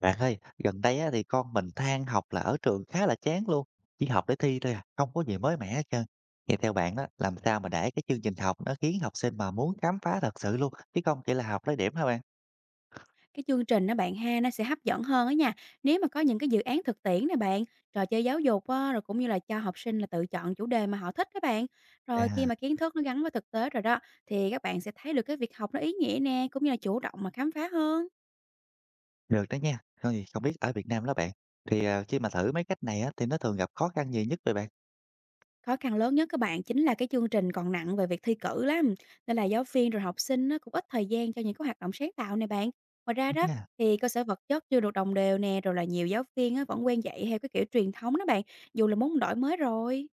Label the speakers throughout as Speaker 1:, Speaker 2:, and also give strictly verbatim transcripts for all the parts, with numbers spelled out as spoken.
Speaker 1: Bạn ơi, gần đây á, thì con mình than học là ở trường khá là chán luôn, chỉ học để thi thôi à, không có gì mới mẻ hết trơn. Vậy theo bạn đó, làm sao mà để cái chương trình học nó khiến học sinh mà muốn khám phá thật sự luôn, chứ không chỉ là học lấy điểm hả bạn?
Speaker 2: Cái chương trình á bạn ha, nó sẽ hấp dẫn hơn á nha, nếu mà có những cái dự án thực tiễn nè bạn, trò chơi giáo dục á, rồi cũng như là cho học sinh là tự chọn chủ đề mà họ thích các bạn. Rồi
Speaker 1: À,
Speaker 2: khi mà kiến thức nó gắn với thực tế rồi đó, thì các bạn sẽ thấy được cái việc học nó ý nghĩa nè, cũng như là chủ động mà khám phá hơn.
Speaker 1: được đó nha. Không gì, không biết ở Việt Nam đó bạn, thì à, khi mà thử mấy cách này á, thì nó thường gặp khó khăn gì nhất vậy bạn?
Speaker 2: Khó khăn lớn nhất các bạn chính là cái chương trình còn nặng về việc thi cử lắm, nên là giáo viên rồi học sinh nó cũng ít thời gian cho những cái hoạt động sáng tạo này bạn. Ngoài ra
Speaker 1: Đúng
Speaker 2: đó,
Speaker 1: nha.
Speaker 2: thì cơ sở vật chất chưa được đồng đều nè, rồi là nhiều giáo viên á, vẫn quen dạy theo cái kiểu truyền thống đó bạn, dù là muốn đổi mới rồi.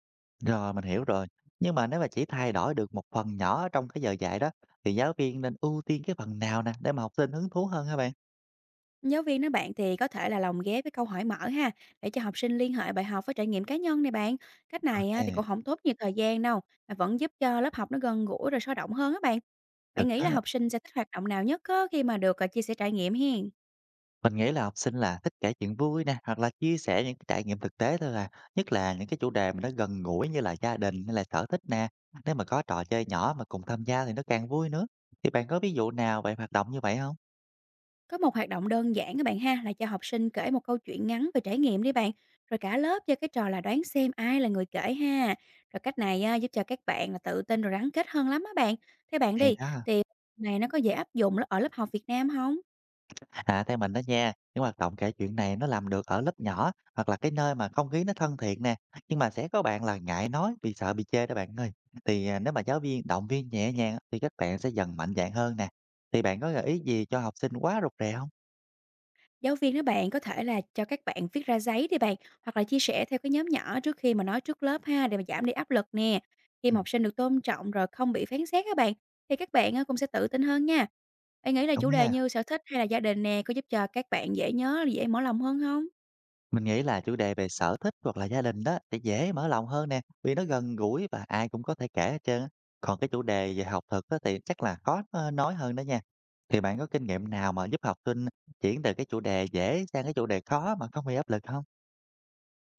Speaker 1: Rồi, mình hiểu rồi. Nhưng mà nếu mà chỉ thay đổi được một phần nhỏ trong cái giờ dạy đó, thì giáo viên nên ưu tiên cái phần nào nè, để mà học sinh hứng thú hơn hả bạn?
Speaker 2: Giáo viên đó bạn thì có thể là lồng ghép với câu hỏi mở ha, để cho học sinh liên hệ bài học với trải nghiệm cá nhân này bạn. Cách này á, thì
Speaker 1: Ok,
Speaker 2: cũng không tốt nhiều thời gian đâu, mà vẫn giúp cho lớp học nó gần gũi rồi sôi động hơn á bạn.
Speaker 1: được
Speaker 2: Bạn nghĩ là
Speaker 1: đó.
Speaker 2: học sinh sẽ thích hoạt động nào nhất á, khi mà được à, chia sẻ trải nghiệm hiền?
Speaker 1: Mình nghĩ là học sinh là thích kể chuyện vui nè, hoặc là chia sẻ những cái trải nghiệm thực tế thôi à, nhất là những cái chủ đề mà nó gần gũi như là gia đình hay là sở thích nè. Nếu mà có trò chơi nhỏ mà cùng tham gia thì nó càng vui nữa. Thì bạn có ví dụ nào về hoạt động như vậy không?
Speaker 2: Có một hoạt động đơn giản các bạn ha, là cho học sinh kể một câu chuyện ngắn về trải nghiệm đi bạn. Rồi cả lớp chơi cái trò là đoán xem ai là người kể ha. Rồi cách này à, giúp cho các bạn là tự tin rồi gắn kết hơn lắm á bạn. Theo bạn
Speaker 1: Thì
Speaker 2: đi,
Speaker 1: đó,
Speaker 2: thì này nó có dễ áp dụng ở lớp học Việt Nam không?
Speaker 1: à theo mình đó nha, những hoạt động kể chuyện này nó làm được ở lớp nhỏ hoặc là cái nơi mà không khí nó thân thiện nè, nhưng mà sẽ có bạn là ngại nói vì sợ bị chê đó bạn ơi. Thì à, nếu mà giáo viên động viên nhẹ nhàng thì các bạn sẽ dần mạnh dạn hơn nè. Thì bạn có gợi ý gì cho học sinh quá rụt rè không?
Speaker 2: Giáo viên đó bạn có thể là cho các bạn viết ra giấy đi bạn, hoặc là chia sẻ theo cái nhóm nhỏ trước khi mà nói trước lớp ha, để mà giảm đi áp lực nè. Khi
Speaker 1: Ừ,
Speaker 2: mà học sinh được tôn trọng rồi không bị phán xét các bạn, thì các bạn á, cũng sẽ tự tin hơn nha. Bạn nghĩ là
Speaker 1: đúng
Speaker 2: chủ đề
Speaker 1: ha.
Speaker 2: như sở thích hay là gia đình nè, có giúp cho các bạn dễ nhớ, dễ mở lòng hơn không?
Speaker 1: Mình nghĩ là chủ đề về sở thích hoặc là gia đình đó sẽ dễ mở lòng hơn nè, vì nó gần gũi và ai cũng có thể kể hết trơn á. Còn cái chủ đề về học thuật á thì chắc là khó ờ, nói hơn đó nha. Thì bạn có kinh nghiệm nào mà giúp học sinh chuyển từ cái chủ đề dễ sang cái chủ đề khó mà không bị áp lực không?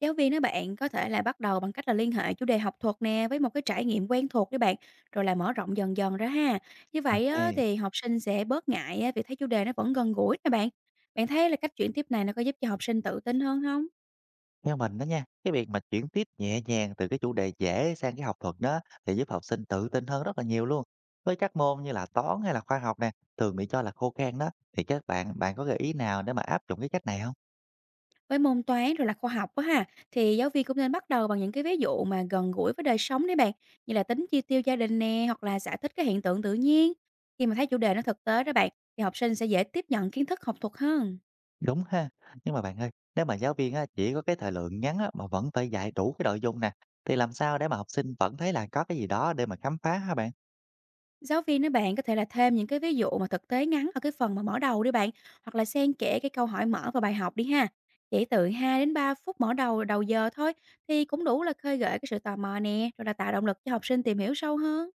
Speaker 2: Giáo viên đó bạn có thể là bắt đầu bằng cách là liên hệ chủ đề học thuật nè với một cái trải nghiệm quen thuộc đấy bạn, rồi là mở rộng dần dần ra ha. Như vậy á,
Speaker 1: Ok.
Speaker 2: thì học sinh sẽ bớt ngại á, vì thấy chủ đề nó vẫn gần gũi nè bạn. Bạn thấy là cách chuyển tiếp này nó có giúp cho học sinh tự tin hơn không?
Speaker 1: Theo mình đó nha, cái việc mà chuyển tiếp nhẹ nhàng từ cái chủ đề dễ sang cái học thuật đó thì giúp học sinh tự tin hơn rất là nhiều luôn. Với các môn như là toán hay là khoa học nè, thường bị cho là khô khan đó, thì các bạn bạn có gợi ý nào để mà áp dụng cái cách này không?
Speaker 2: Với môn toán rồi là khoa học á ha, thì giáo viên cũng nên bắt đầu bằng những cái ví dụ mà gần gũi với đời sống đấy bạn, như là tính chi tiêu gia đình nè, hoặc là giải thích cái hiện tượng tự nhiên. Khi mà thấy chủ đề nó thực tế đó bạn, thì học sinh sẽ dễ tiếp nhận kiến thức học thuật hơn.
Speaker 1: Đúng ha. Nhưng mà bạn ơi, nếu mà giáo viên á, chỉ có cái thời lượng ngắn á, mà vẫn phải dạy đủ cái nội dung nè, thì làm sao để mà học sinh vẫn thấy là có cái gì đó để mà khám phá hả bạn?
Speaker 2: Giáo viên á bạn có thể là thêm những cái ví dụ mà thực tế ngắn ở cái phần mà mở đầu đi bạn, hoặc là xen kẽ cái câu hỏi mở vào bài học đi ha. Chỉ từ hai đến ba phút mở đầu đầu giờ thôi, thì cũng đủ là khơi gợi cái sự tò mò nè, rồi là tạo động lực cho học sinh tìm hiểu sâu hơn.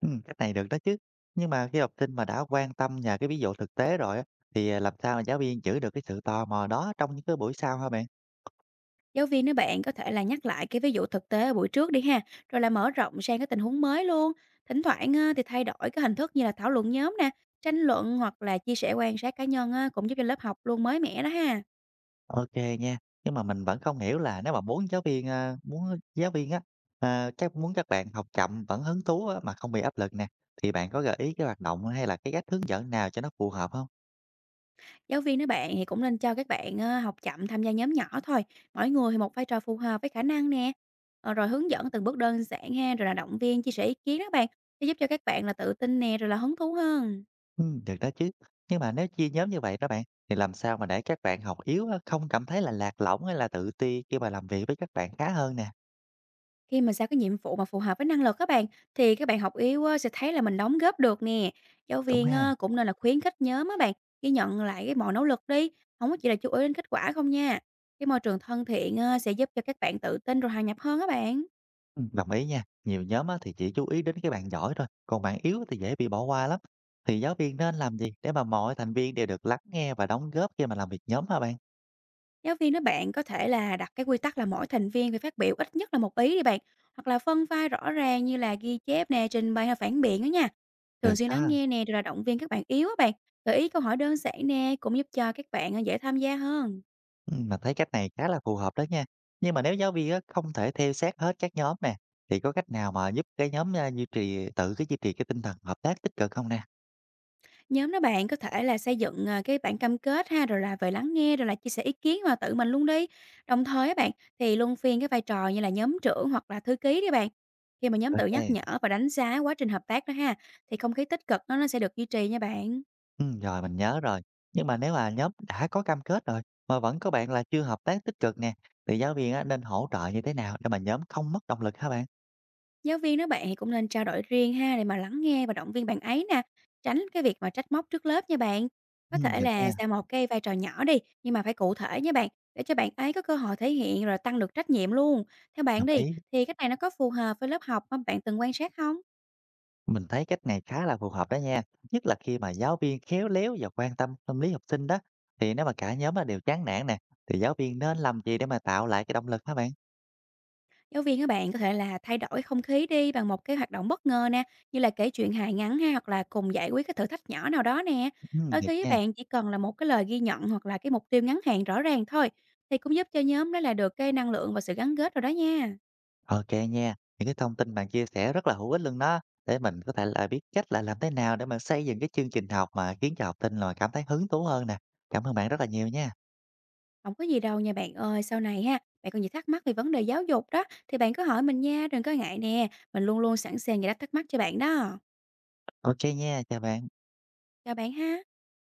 Speaker 1: Ừ, cách này được đó chứ. Nhưng mà khi học sinh mà đã quan tâm nhờ cái ví dụ thực tế rồi á, thì à, làm sao mà giáo viên giữ được cái sự tò mò đó trong những cái buổi sau hả bạn?
Speaker 2: Giáo viên nếu bạn có thể là nhắc lại cái ví dụ thực tế ở buổi trước đi ha, rồi là mở rộng sang cái tình huống mới luôn. Thỉnh thoảng á, thì thay đổi cái hình thức như là thảo luận nhóm nè, tranh luận hoặc là chia sẻ quan sát cá nhân á, cũng giúp cho lớp học luôn mới mẻ đó ha.
Speaker 1: Ok nha. Nhưng mà mình vẫn không hiểu là nếu mà muốn giáo viên à, muốn giáo viên á à, các muốn các bạn học chậm vẫn hứng thú á, mà không bị áp lực nè, thì bạn có gợi ý cái hoạt động hay là cái cách hướng dẫn nào cho nó phù hợp không?
Speaker 2: Giáo viên đó bạn thì cũng nên cho các bạn ơ, học chậm tham gia nhóm nhỏ thôi, mỗi người thì một vai trò phù hợp với khả năng nè. Ờ, rồi hướng dẫn từng bước đơn giản ha, rồi là động viên, chia sẻ ý kiến đó bạn, sẽ giúp cho các bạn là tự tin nè, rồi là hứng thú hơn.
Speaker 1: Ừm, được đó chứ. Nhưng mà nếu chia nhóm như vậy đó bạn, thì làm sao mà để các bạn học yếu á, không cảm thấy là lạc lõng hay là tự ti khi mà làm việc với các bạn khá hơn nè?
Speaker 2: Khi mà giao cái nhiệm vụ mà phù hợp với năng lực các bạn, thì các bạn học yếu á sẽ thấy là mình đóng góp được nè. Giáo
Speaker 1: Đúng
Speaker 2: viên
Speaker 1: ha?
Speaker 2: á cũng nên là khuyến khích nhóm á bạn, ghi nhận lại cái mọi nỗ lực đi, không có chỉ là chú ý đến kết quả không nha. Cái môi trường thân thiện á sẽ giúp cho các bạn tự tin rồi hòa nhập hơn các bạn.
Speaker 1: Ừm, đồng ý nha. Nhiều nhóm á, thì chỉ chú ý đến cái bạn giỏi thôi, còn bạn yếu thì dễ bị bỏ qua lắm. Thì giáo viên nên làm gì để mà mọi thành viên đều được lắng nghe và đóng góp khi mà làm việc nhóm hả bạn?
Speaker 2: Giáo viên đó bạn có thể là đặt cái quy tắc là mỗi thành viên phải phát biểu ít nhất là một ý đi bạn, hoặc là phân vai rõ ràng như là ghi chép nè, trình bày hay phản biện đó nha.
Speaker 1: Được
Speaker 2: Thường xuyên lắng
Speaker 1: đó.
Speaker 2: nghe nè, rồi là động viên các bạn yếu á bạn, gợi ý câu hỏi đơn giản nè, cũng giúp cho các bạn ờ, dễ tham gia hơn.
Speaker 1: Ừm, mình thấy cách này khá là phù hợp đó nha. Nhưng mà nếu giáo viên á, không thể theo sát hết các nhóm nè, thì có cách nào mà giúp cái nhóm à, duy trì tự cái duy trì cái tinh thần hợp tác tích cực không nè?
Speaker 2: Nhóm đó bạn có thể là xây dựng ờ, cái bản cam kết ha, rồi là về lắng nghe, rồi là chia sẻ ý kiến mà tự mình luôn đi. Đồng thời á bạn, thì luân phiên cái vai trò như là nhóm trưởng hoặc là thư ký đi bạn. Khi mà nhóm tự nhắc nhở
Speaker 1: Ok.
Speaker 2: và đánh giá quá trình hợp tác đó ha, thì không khí tích cực nó nó sẽ được duy trì nha bạn.
Speaker 1: Ừm, rồi mình nhớ rồi. Nhưng mà nếu mà nhóm đã có cam kết rồi mà vẫn có bạn là chưa hợp tác tích cực nè, thì giáo viên á, nên hỗ trợ như thế nào để mà nhóm không mất động lực hả bạn?
Speaker 2: Giáo viên đó bạn thì cũng nên trao đổi riêng ha, để mà lắng nghe và động viên bạn ấy nè, tránh cái việc mà trách móc trước lớp nha bạn. Có
Speaker 1: Ừm,
Speaker 2: thể
Speaker 1: được
Speaker 2: là
Speaker 1: nha,
Speaker 2: ra một cái vai trò nhỏ đi, nhưng mà phải cụ thể nha bạn, để cho bạn ấy có cơ hội thể hiện rồi tăng được trách nhiệm luôn. Theo bạn
Speaker 1: đồng
Speaker 2: đi,
Speaker 1: ý.
Speaker 2: thì cách này nó có phù hợp với lớp học mà bạn từng quan sát không?
Speaker 1: Mình thấy cách này khá là phù hợp đó nha. Nhất là khi mà giáo viên khéo léo và quan tâm tâm lý học sinh đó. Thì nếu mà cả nhóm á, đều chán nản nè, thì giáo viên nên làm gì để mà tạo lại cái động lực hả bạn?
Speaker 2: Giáo viên các bạn có thể là thay đổi không khí đi bằng một cái hoạt động bất ngờ nè, như là kể chuyện hài ngắn ha, hoặc là cùng giải quyết cái thử thách nhỏ nào đó nè.
Speaker 1: Ừm,
Speaker 2: Đôi
Speaker 1: được
Speaker 2: khi các
Speaker 1: nha.
Speaker 2: bạn chỉ cần là một cái lời ghi nhận hoặc là cái mục tiêu ngắn hạn rõ ràng thôi, thì cũng giúp cho nhóm đó là được cái năng lượng và sự gắn kết rồi đó nha.
Speaker 1: Ok nha, những cái thông tin bạn chia sẻ rất là hữu ích luôn đó để mình có thể là biết cách là làm thế nào để mà xây dựng cái chương trình học mà khiến cho học sinh là cảm thấy hứng thú hơn nè. Cảm ơn bạn rất là nhiều nha.
Speaker 2: Không có gì đâu nha bạn ơi, sau này ha, bạn còn gì thắc mắc về vấn đề giáo dục đó thì bạn cứ hỏi mình nha, đừng có ngại nè, mình luôn luôn sẵn sàng giải đáp thắc mắc cho bạn đó.
Speaker 1: Ok nha, chào bạn.
Speaker 2: Chào bạn ha.